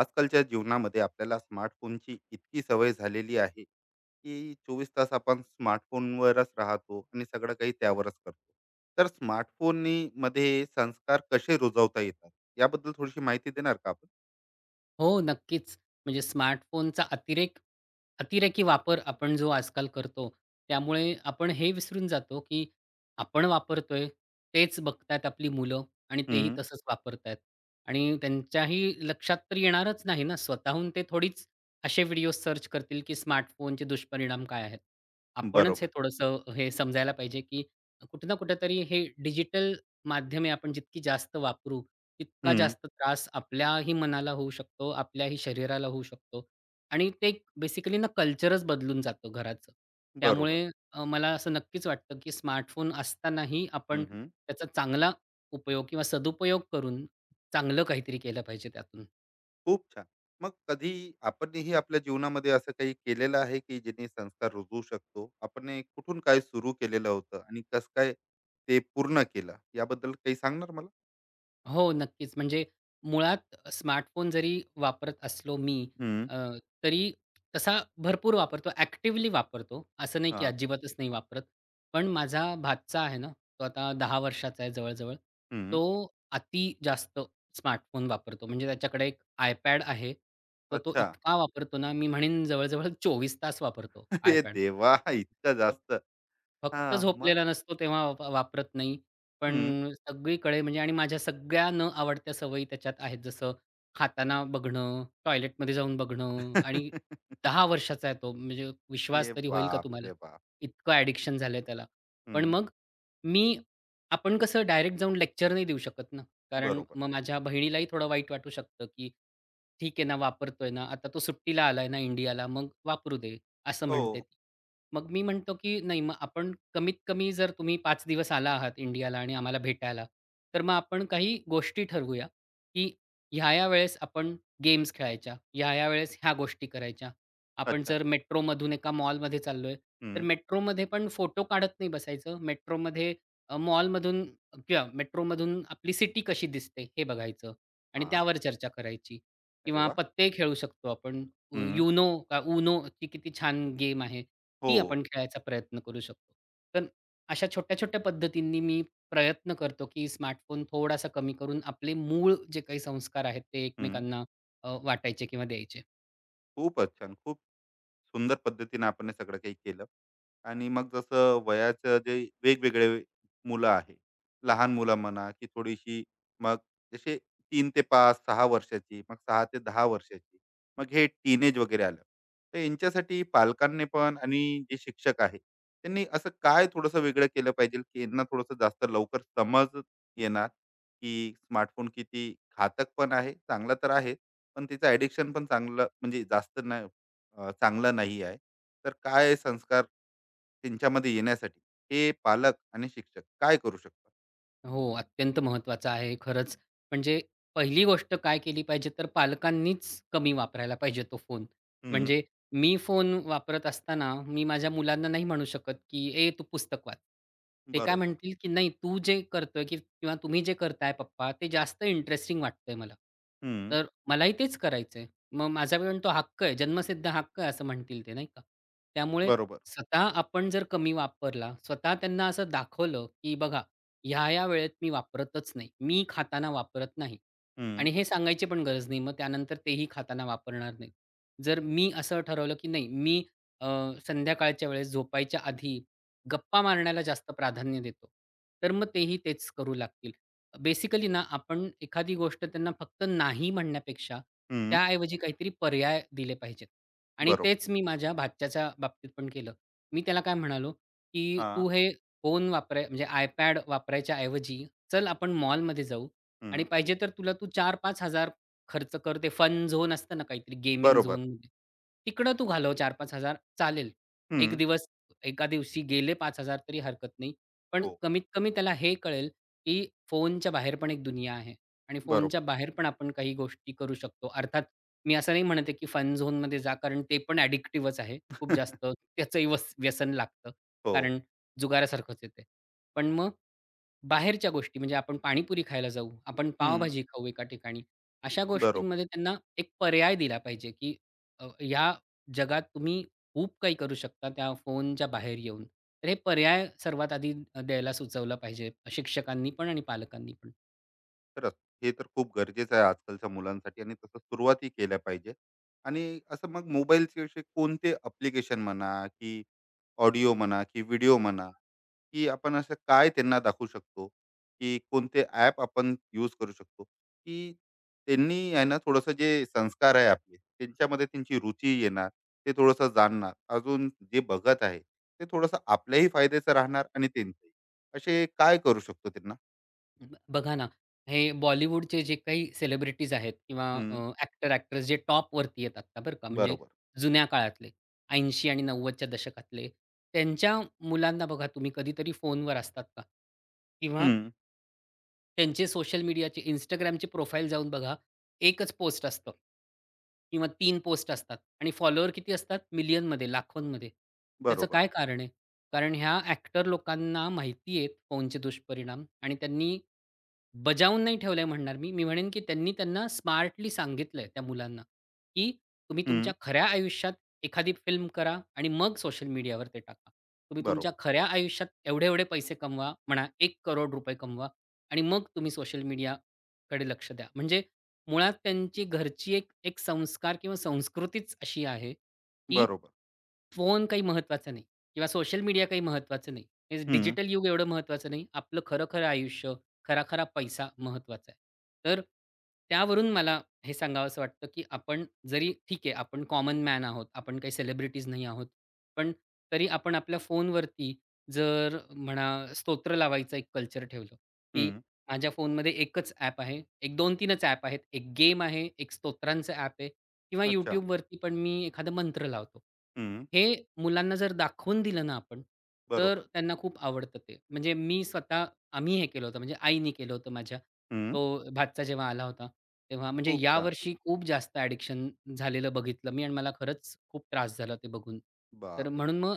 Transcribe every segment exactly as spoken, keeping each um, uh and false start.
आजकालच्या जीवनामध्ये आपल्याला स्मार्टफोनची इतकी सवय झालेली आहे की चोवीस तास आपण स्मार्टफोनवरच राहतो आणि सगळं काही त्यावरच करतो. तर स्मार्टफोन मध्ये संस्कार कसे रुजवता येतात याबद्दल थोडीशी माहिती देणार का आपण? हो, नक्कीच. म्हणजे स्मार्टफोनचा अतिरेक अतिरेकी वापर आपण जो आजकाल करतो, त्यामुळे आपण हे विसरून जातो, की आपण वापरतोय, तेच बघतायत आपली मुलं आणि तेही हम्म, तसंच वापरतायत. आणि त्यांच्याही लक्षात तर येणारच नाही ना, स्वतःहून ते थोडीच असे व्हिडिओ सर्च करतील, की स्मार्टफोनचे दुष्परिणाम काय आहेत? आपणच हे बरोबर. थोडंसं हे समजायला पाहिजे, की कुठे ना कुठेतरी हे डिजिटल माध्यमे आपण जितकी जास्त वापरू, इतका हम्म, जास्त त्रास आपल्याही मनाला होऊ शकतो, आपल्याही शरीराला होऊ शकतो आणि ते बेसिकली ना कल्चरच बदलून जातं घराचं. बरोबर. त्यामुळे अ, मला असं नक्कीच वाटतं, की स्मार्टफोन असतानाही हम्म, आपण हम्म, त्याचा चांगला उपयोग किंवा सदुपयोग करून चांगलं काहीतरी केलं पाहिजे त्यातून. खूप छान. मग कधी आपणही आपल्या जीवनामध्ये असं काही केलेलं आहे की जेणे संस्कार रुजवू शकतो आपण, हे कुठून काय सुरू केलेलं होतं आणि कसं काय ते पूर्ण केलं याबद्दल काही सांगणार मला? हो, नक्कीच. म्हणजे मुळात स्मार्टफोन जरी वापरत असलो मी हम्म, अ, तरी तसा भरपूर वापरतो, ॲक्टिव्हली वापरतो. असं नाही की अजिबातच नाही वापरत. पण माझा भाचा आहे ना, तो आता दहा वर्षाचा आहे जवळ. हं. तो अति जास्त स्मार्टफोन वापरतो. म्हणजे त्याच्याकडे एक iPad आहे. तर तो अच्छा. इतका वापरतो ना, मी म्हणेन जवळ-जवळ चोवीस तास वापरतो अरे iPad. देवा! इतकं फक जास्त. फक्त हां, मग? झोपलेला नसतो तेव्हा वा वापरत नाही. पण हं. सगळीकडे म्हणजे आणि माझ्या सगळ्या न आवडत्या सवयी त्याच्यात आहेत. जसं खाताना बघणं, टॉयलेटमध्ये जाऊन ए बघणं आणि दहा वर्षाचा आहे तो, म्हणजे विश्वास तरी होईल का बाप तुम्हाला? रे बाप! इतकं ॲडिक्शन झालंय त्याला. पण हं. मग मी आपण कसं डायरेक्ट जाऊन लेक्चर नाही देऊ शकत ना, कारण बरोबर. मग माझ्या बहिणीलाही थोडं वाईट वाटू शकतं, की ठीक आहे ना, वापरतोय ना, आता तो सुट्टीला आलाय ना इंडियाला, मग वापरू दे. असं हो. म्हणते ती. मग मी म्हणतो, की नाही मग आपण कमीत कमी जर तुम्ही पाच दिवस आला आहात इंडियाला आणि आम्हाला भेटायला, तर मग आपण काही गोष्टी ठरवूया, की ह्या-ह्या वेळेस आपण गेम्स खेळायच्या, ह्या-ह्या वेळेस ह्या गोष्टी करायच्या. आपण अच्छा. जर मेट्रोमधून एका मॉलमध्ये चाललोय, तर हं. मेट्रोमध्ये पण फोटो काढत नाही बसायचं. मेट्रोमध्ये अ, मॉलमधून किंवा मेट्रोमधून आपली सिटी कशी दिसते हे बघायचं आणि हां. त्यावर चर्चा करायची अरे किंवा वाह! पत्ते खेळू शकतो आपण. हं. युनो अ, UNOची किती छान गेम आहे. ती हो. आपण खेळायचा प्रयत्न करू शकतो. तर अशा छोट्या-छोट्या पद्धतींनी मी प्रयत्न करतो, की स्मार्टफोन थोडासा कमी करून आपले मूळ जे काही संस्कार आहेत, ते हं. एकमेकांना अ, वाटायचे किंवा द्यायचे. खूपच छान. खूप सुंदर पद्धतीने आपण हे सगळं काही केलं. आणि मग जसं वयाचं जे वेगवेगळे मुलं आहे, लहान मुलं म्हणा, की थोडीशी, मग जसे तीन ते पाच सहा वर्षाची, मग सहा ते दहा वर्षाची, मग हे टीनेज वगैरे आलं. तर यांच्यासाठी पालकांनी पण आणि जे शिक्षक आहे, त्यांनी असं काय थोडंसं वेगळं केलं पाहिजे, की यांना थोडंसं जास्त लवकर समज येणार, की स्मार्टफोन किती घातक पण आहे, चांगला तर आहे, पण त्याचं ॲडिक्शन पण चांगलं म्हणजे जास्त नाही, अ, चांगला नाही आहे. तर काय संस्कार त्यांच्यामध्ये येण्यासाठी हे पालक आणि शिक्षक काय करू शकतात? हो, अत्यंत महत्त्वाचं आहे खरंच. म्हणजे पहिली गोष्ट काय केली पाहिजे, तर पालकांनीच कमी वापरायला पाहिजे तो फोन. हं, म्हणजे मी फोन वापरत असताना मी माझ्या मुलांना नाही म्हणू शकत, की "ए, तू पुस्तक वाच." ते काय बरोबर. म्हणतील, की "नाही, तू जे करतोय की किंवा तुम्ही जे करताय पप्पा, ते जास्त इंटरेस्टिंग वाटतंय मला." हं, तर मलाही तेच करायचंय. मग माझा पण तो हक्क आहे, जन्मसिद्ध हक्क आहे असं म्हणतील ते, नाही का? त्यामुळे बरोबर. स्वतः आपण जर कमी वापरला, स्वतः त्यांना असं दाखवलं, की "बघा, ह्या-ह्या वेळेत मी वापरतच नाही. मी खाताना वापरत नाही. हं, आणि हे सांगायची पण गरज नाही. मग त्यानंतर तेही खाताना वापरणार नाहीत. जर मी असं ठरवलं, की नाही मी अ, संध्याकाळच्या वेळेस झोपायच्या आधी गप्पा मारण्याला जास्त प्राधान्य देतो. तर मग तेही तेच करू लागतील. बेसिकली ना आपण एखादी गोष्ट त्यांना फक्त नाही म्हणण्यापेक्षा हं, त्याऐवजी काहीतरी पर्याय दिले पाहिजेत. आणि बरोबर. तेच मी माझ्या भाच्याच्या बाबतीत पण केलं. मी त्याला काय म्हणालो, की हां, "तू हे फोन वापराय म्हणजे iPad वापरायच्या ऐवजी, चल आपण मॉलमध्ये जाऊ हं, आणि पाहिजे तर तुला तू चार पाच 5000 खर्च कर. ते फन झोन असतं ना काहीतरी गेमिंग बरोबर. झोनमध्ये. तिकडं तू घालव चार पाच 5000 चालेल. हं, एक दिवस एका दिवशी गेले पाच हजार तरी हरकत नाही. पण हो, कमीत कमी त्याला हे कळेल, की फोनच्या बाहेर पण एक दुनिया आहे आणि बरोबर. फोनच्या बाहेर पण आपण काही गोष्टी करू शकतो. अर्थात मी असं नाही म्हणत की फन झोनमध्ये जा कारण ते पण ॲडिक्टिव्हच आहे. खूप जास्त त्याचंही वस व्यसन लागतं. हो, कारण जुगारासारखंच आहे ते. पण मग बाहेरच्या गोष्टी म्हणजे आपण पाणीपुरी खायला जाऊ, आपण हं, पावभाजी खाऊ एका ठिकाणी. अशा बरोबर. गोष्टींमध्ये त्यांना एक पर्याय दिला पाहिजे, की अ, या जगात तुम्ही खूप काही करू शकता त्या फोनच्या बाहेर येऊन. तर हे पर्याय सर्वात आधी द्यायला सुचवलं पाहिजे शिक्षकांनी पण आणि पालकांनी पण. खरंच हे तर खूप गरजेचं आहे आजकालच्या मुलांसाठी आणि तसं सुरुवातही केल्या पाहिजे. आणि असं मग मोबाईलच्या विषयी कोणते ॲप्लिकेशन म्हणा, की ऑडिओ म्हणा, की व्हिडिओ म्हणा, की आपण असं काय त्यांना दाखवू शकतो, की कोणते ॲप आपण यूज करू शकतो, की त्यांनी आहे ना थोडंसं जे संस्कार आहे आपले, त्यांच्यामध्ये त्यांची रुची येणार, ते थोडंसं जाणणार. अजून जे बघत आहे, ते थोडंसं आपल्याही फायद्याचं राहणार आणि त्यांचंही. असे काय करू शकतो त्यांना? ब बघा ना, हे बॉलिवूडचे जे काही सेलिब्रिटीज आहेत किंवा अ, हं, ॲक्टर, ॲक्ट्रेस जे टॉपवरती आहेत आत्ता बरं का, म्हणजे बरोबर. जुन्या काळातले ऐंशी आणि 90च्या दशकातले. त्यांच्या मुलांना बघा तुम्ही कधीतरी फोनवर असतात का? किंवा हं, त्यांचे सोशल मीडियाचे Instagramचे प्रोफाईल जाऊन बघा, एकच पोस्ट असतं किंवा तीन पोस्ट असतात आणि फॉलोवर किती असतात? मिलियनमध्ये, लाखोंमध्ये. त्याचं बरोबर. काय कारण आहे? कारण ह्या ॲक्टर लोकांना माहिती आहेत फोनचे दुष्परिणाम आणि त्यांनी बजावून नाही ठेवलंय म्हणणार मी. मी म्हणेन की त्यांनी त्यांना स्मार्टली सांगितलंय त्या मुलांना, की तुम्ही हं, तुमच्या खऱ्या आयुष्यात एखादी फिल्म करा आणि मग सोशल मीडियावर ते टाका. तुम्ही तुमच्या बरोबर. खऱ्या आयुष्यात एवढे-एवढे पैसे कमवा म्हणा, एक कोटी रुपये कमवा आणि मग तुम्ही सोशल मीडियाकडे लक्ष द्या. म्हणजे मुळात त्यांची घरची एक एक संस्कार किंवा संस्कृतीच अशी आहे, की बरोबर. फोन काही महत्त्वाचा नाही किंवा सोशल मीडिया काही महत्त्वाचं नाही. हे हं, डिजिटल युग एवढं महत्त्वाचं नाही. आपलं खरं-खरं आयुष्य, खरा-खरा पैसा महत्त्वाचा आहे. तर त्यावरून मला हे सांगावसं वाटतं, की आपण जरी ठीक आहे, आपण कॉमन मॅन आहोत, आपण काही सेलिब्रिटीज नाही आहोत. पण तरी आपण आपल्या फोनवरती जर म्हणा स्तोत्र लावायचं एक कल्चर ठेवलं, की हं. माझ्या फोनमध्ये एकच ॲप आहे. एक दोन-3च ॲप आहेत. एक गेम आहे, एक स्तोत्रांचं ॲप आहे किंवा अच्छा. YouTubeवरती पण मी एखादा मंत्र लावतो. हं, हे मुलांना जर दाखवून दिलं ना आपण, तर बरोबर. त्यांना खूप आवडतं ते. म्हणजे मी स्वतः आम्ही हे केलं होतं, म्हणजे आईनी केलं होतं माझ्या. हं, तो भातचा जेव्हा आला होता, तेव्हा म्हणजे खूप छान. यावर्षी खूप जास्त ॲडिक्शन झालेलं बघितलं मी आणि मला खरंच खूप त्रास झाला ते बघून. तर बापरे! म्हणून मग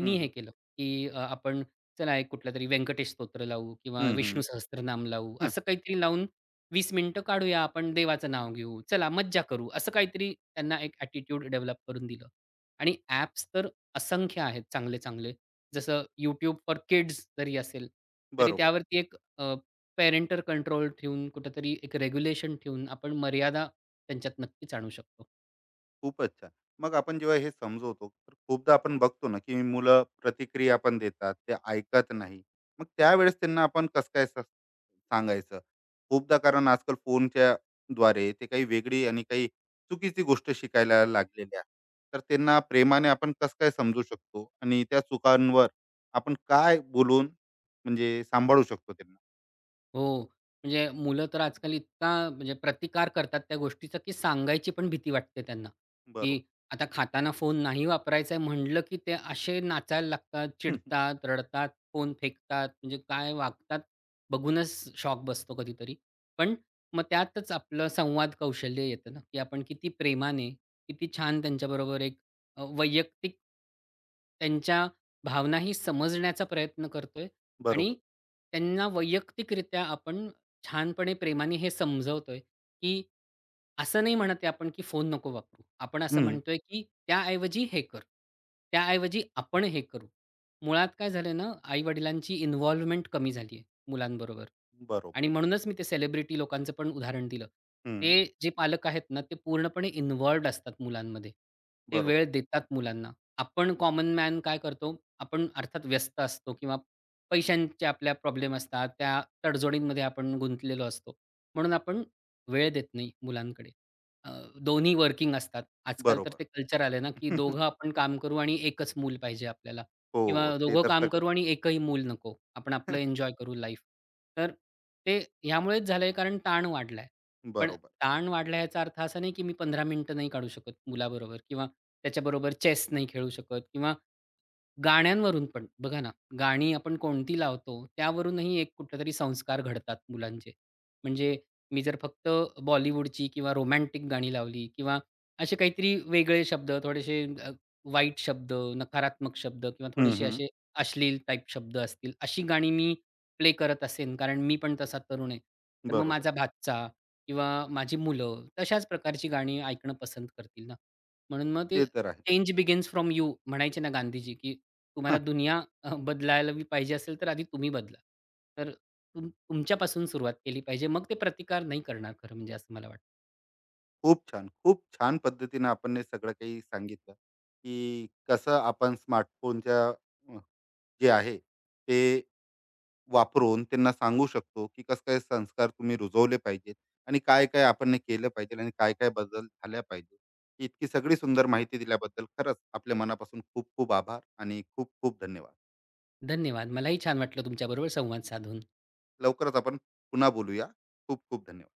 हं, हं. हे केलं, की अ, आपण चला एक कुठलातरी व्यंकटेश स्तोत्र लावू किंवा हं, हं. विष्णू सहस्त्रनाम लावू, हं, असं काहीतरी लावून वीस मिनिटं काढूया आपण देवाचं नाव घेऊ. चला मज्जा करू. असं काहीतरी त्यांना एक ॲटिट्यूड डेव्हलप करून दिलं. आणि ॲप्स तर असंख्य आहेत चांगले-चांगले. जसं यूट्यूब फॉर किड्स जरी असेल, तरी बरोबर. त्यावरती एक अ, कंट्रोल ठेवून कुठेतरी एक रेग्युलेशन ठेवून आपण मर्यादा त्यांच्यात नक्कीच आणू शकतो. खूपच छान. मग आपण जेव्हा हे समजवतो, तर खूपदा आपण बघतो ना, की मुलं प्रतिक्रिया पण देतात, ते ऐकत नाही. मग त्यावेळेस त्यांना आपण कसं काय स सांगायचं? खूपदा कारण आजकाल फोनच्या द्वारे ते काही वेगळी आणि काही चुकीची गोष्ट शिकायला लागलेली आहे. तर त्यांना प्रेमाने आपण कसं काय समजू शकतो आणि त्या चुकांवर आपण काय बोलून म्हणजे सांभाळू शकतो त्यांना? हो. म्हणजे मुलं तर आजकाल इतका म्हणजे प्रतिकार करतात त्या गोष्टीचा, की सांगायची पण भीती वाटते त्यांना, की बरोबर. आता खाताना फोन नाही वापरायचा आहे म्हटलं, की ते असे नाचायला लागतात, हम्म. चिडतात, रडतात, फोन फेकतात. म्हणजे काय वागतात बघूनच शॉक बसतो कधीतरी. पण मग त्यातच आपलं संवाद कौशल्य येतं ना, की आपण किती प्रेमाने, किती छान त्यांच्याबरोबर एक अ, वैयक्तिक त्यांच्या भावनाही समजण्याचा प्रयत्न करतोय आणि बरोबर. त्यांना वैयक्तिकरित्या आपण छानपणे प्रेमाने हे समजवतोय, की असं नाही म्हणत आहे आपण, की फोन नको वापरू. आपण असं हं. म्हणतोय, की त्याऐवजी हे कर. त्याऐवजी आपण हे करू. मुळात काय झालंय ना, आई-वडिलांची इन्व्हॉल्वमेंट कमी झाली आहे मुलांबरोबर. बरोबर. आणि म्हणूनच मी ते सेलिब्रिटी लोकांचं पण उदाहरण दिलं. हं. ते जे पालक आहेत ना, ते पूर्णपणे इन्व्हॉल्वड असतात मुलांमध्ये. ते बरोबर. वेळ देतात मुलांना. आपण कॉमन मॅन काय करतो, आपण अर्थात व्यस्त असतो किंवा पैशांचे आपल्या प्रॉब्लेम असतात. त्या तडजोडींमध्ये आपण गुंतलेलो असतो. म्हणून आपण वेळ देत नाही मुलांकडे. अ, दोन्ही वर्किंग असतात. आजकाल तर बरोबर. ते कल्चर आलंय ना, की दोघं आपण काम करू आणि एकच मूल पाहिजे आपल्याला. हो, किंवा ते दोघं तर काम सगळं करू आणि एकही मूल नको. आपण आपलं एन्जॉय करू लाईफ. तर ते ह्यामुळेच झालंय कारण ताण वाढलाय. पण बरोबर. ताण वाढला याचा अर्थ असा नाही की मी पंधरा मिनिटं नाही काढू शकत मुलाबरोबर किंवा त्याच्याबरोबर चेस नाही खेळू शकत किंवा गाण्यांवरून पण बघा ना, गाणी आपण कोणती लावतो त्यावरूनही एक कुठलेतरी संस्कार घडतात मुलांचे. म्हणजे मी जर फक्त बॉलिवूडची किंवा रोमॅन्टिक गाणी लावली किंवा असे काहीतरी वेगळे शब्द, थोडेसे अ, वाईट शब्द, नकारात्मक शब्द किंवा हं, थोडेसे हं. असे अश्लील टाइप शब्द असतील, अशी गाणी मी प्ले करत असेन, कारण मी पण तसा तरुण आहे. तर मग बरोबर. माझा भाचा किंवा माझी मुलं तशाच प्रकारची गाणी ऐकणं पसंत करतील ना. म्हणून मग ते ते तर आहे. चेंज बिगिन्स फ्रॉम यू म्हणायचे ना गांधीजी, की हां, तुम्हाला दुनिया अ, बदलायलाही पाहिजे असेल, तर आधी तुम्ही बदला. तर तुम तुमच्यापासून सुरुवात केली पाहिजे. मग ते प्रतिकार नाही करणार खरं म्हणजे असं मला वाटतं. खूप छान. खूप छान पद्धतीनं आपण हे सगळं काही सांगितलं, की कसं आपण स्मार्टफोनच्या अ, जे आहे ते वापरून त्यांना सांगू शकतो, की कसं-काय संस्कार तुम्ही रुजवले पाहिजेत आणि काय-काय आपण हे केलं पाहिजे आणि काय-काय बदल झाल्या पाहिजे. इतकी सगळी सुंदर माहिती दिल्याबद्दल खरंच आपल्या मनापासून खूप-खूप आभार आणि खूप-खूप धन्यवाद. धन्यवाद. मलाही छान वाटलं तुमच्याबरोबर संवाद साधून. लवकरच आपण पुन्हा बोलूया. खूप-खूप धन्यवाद.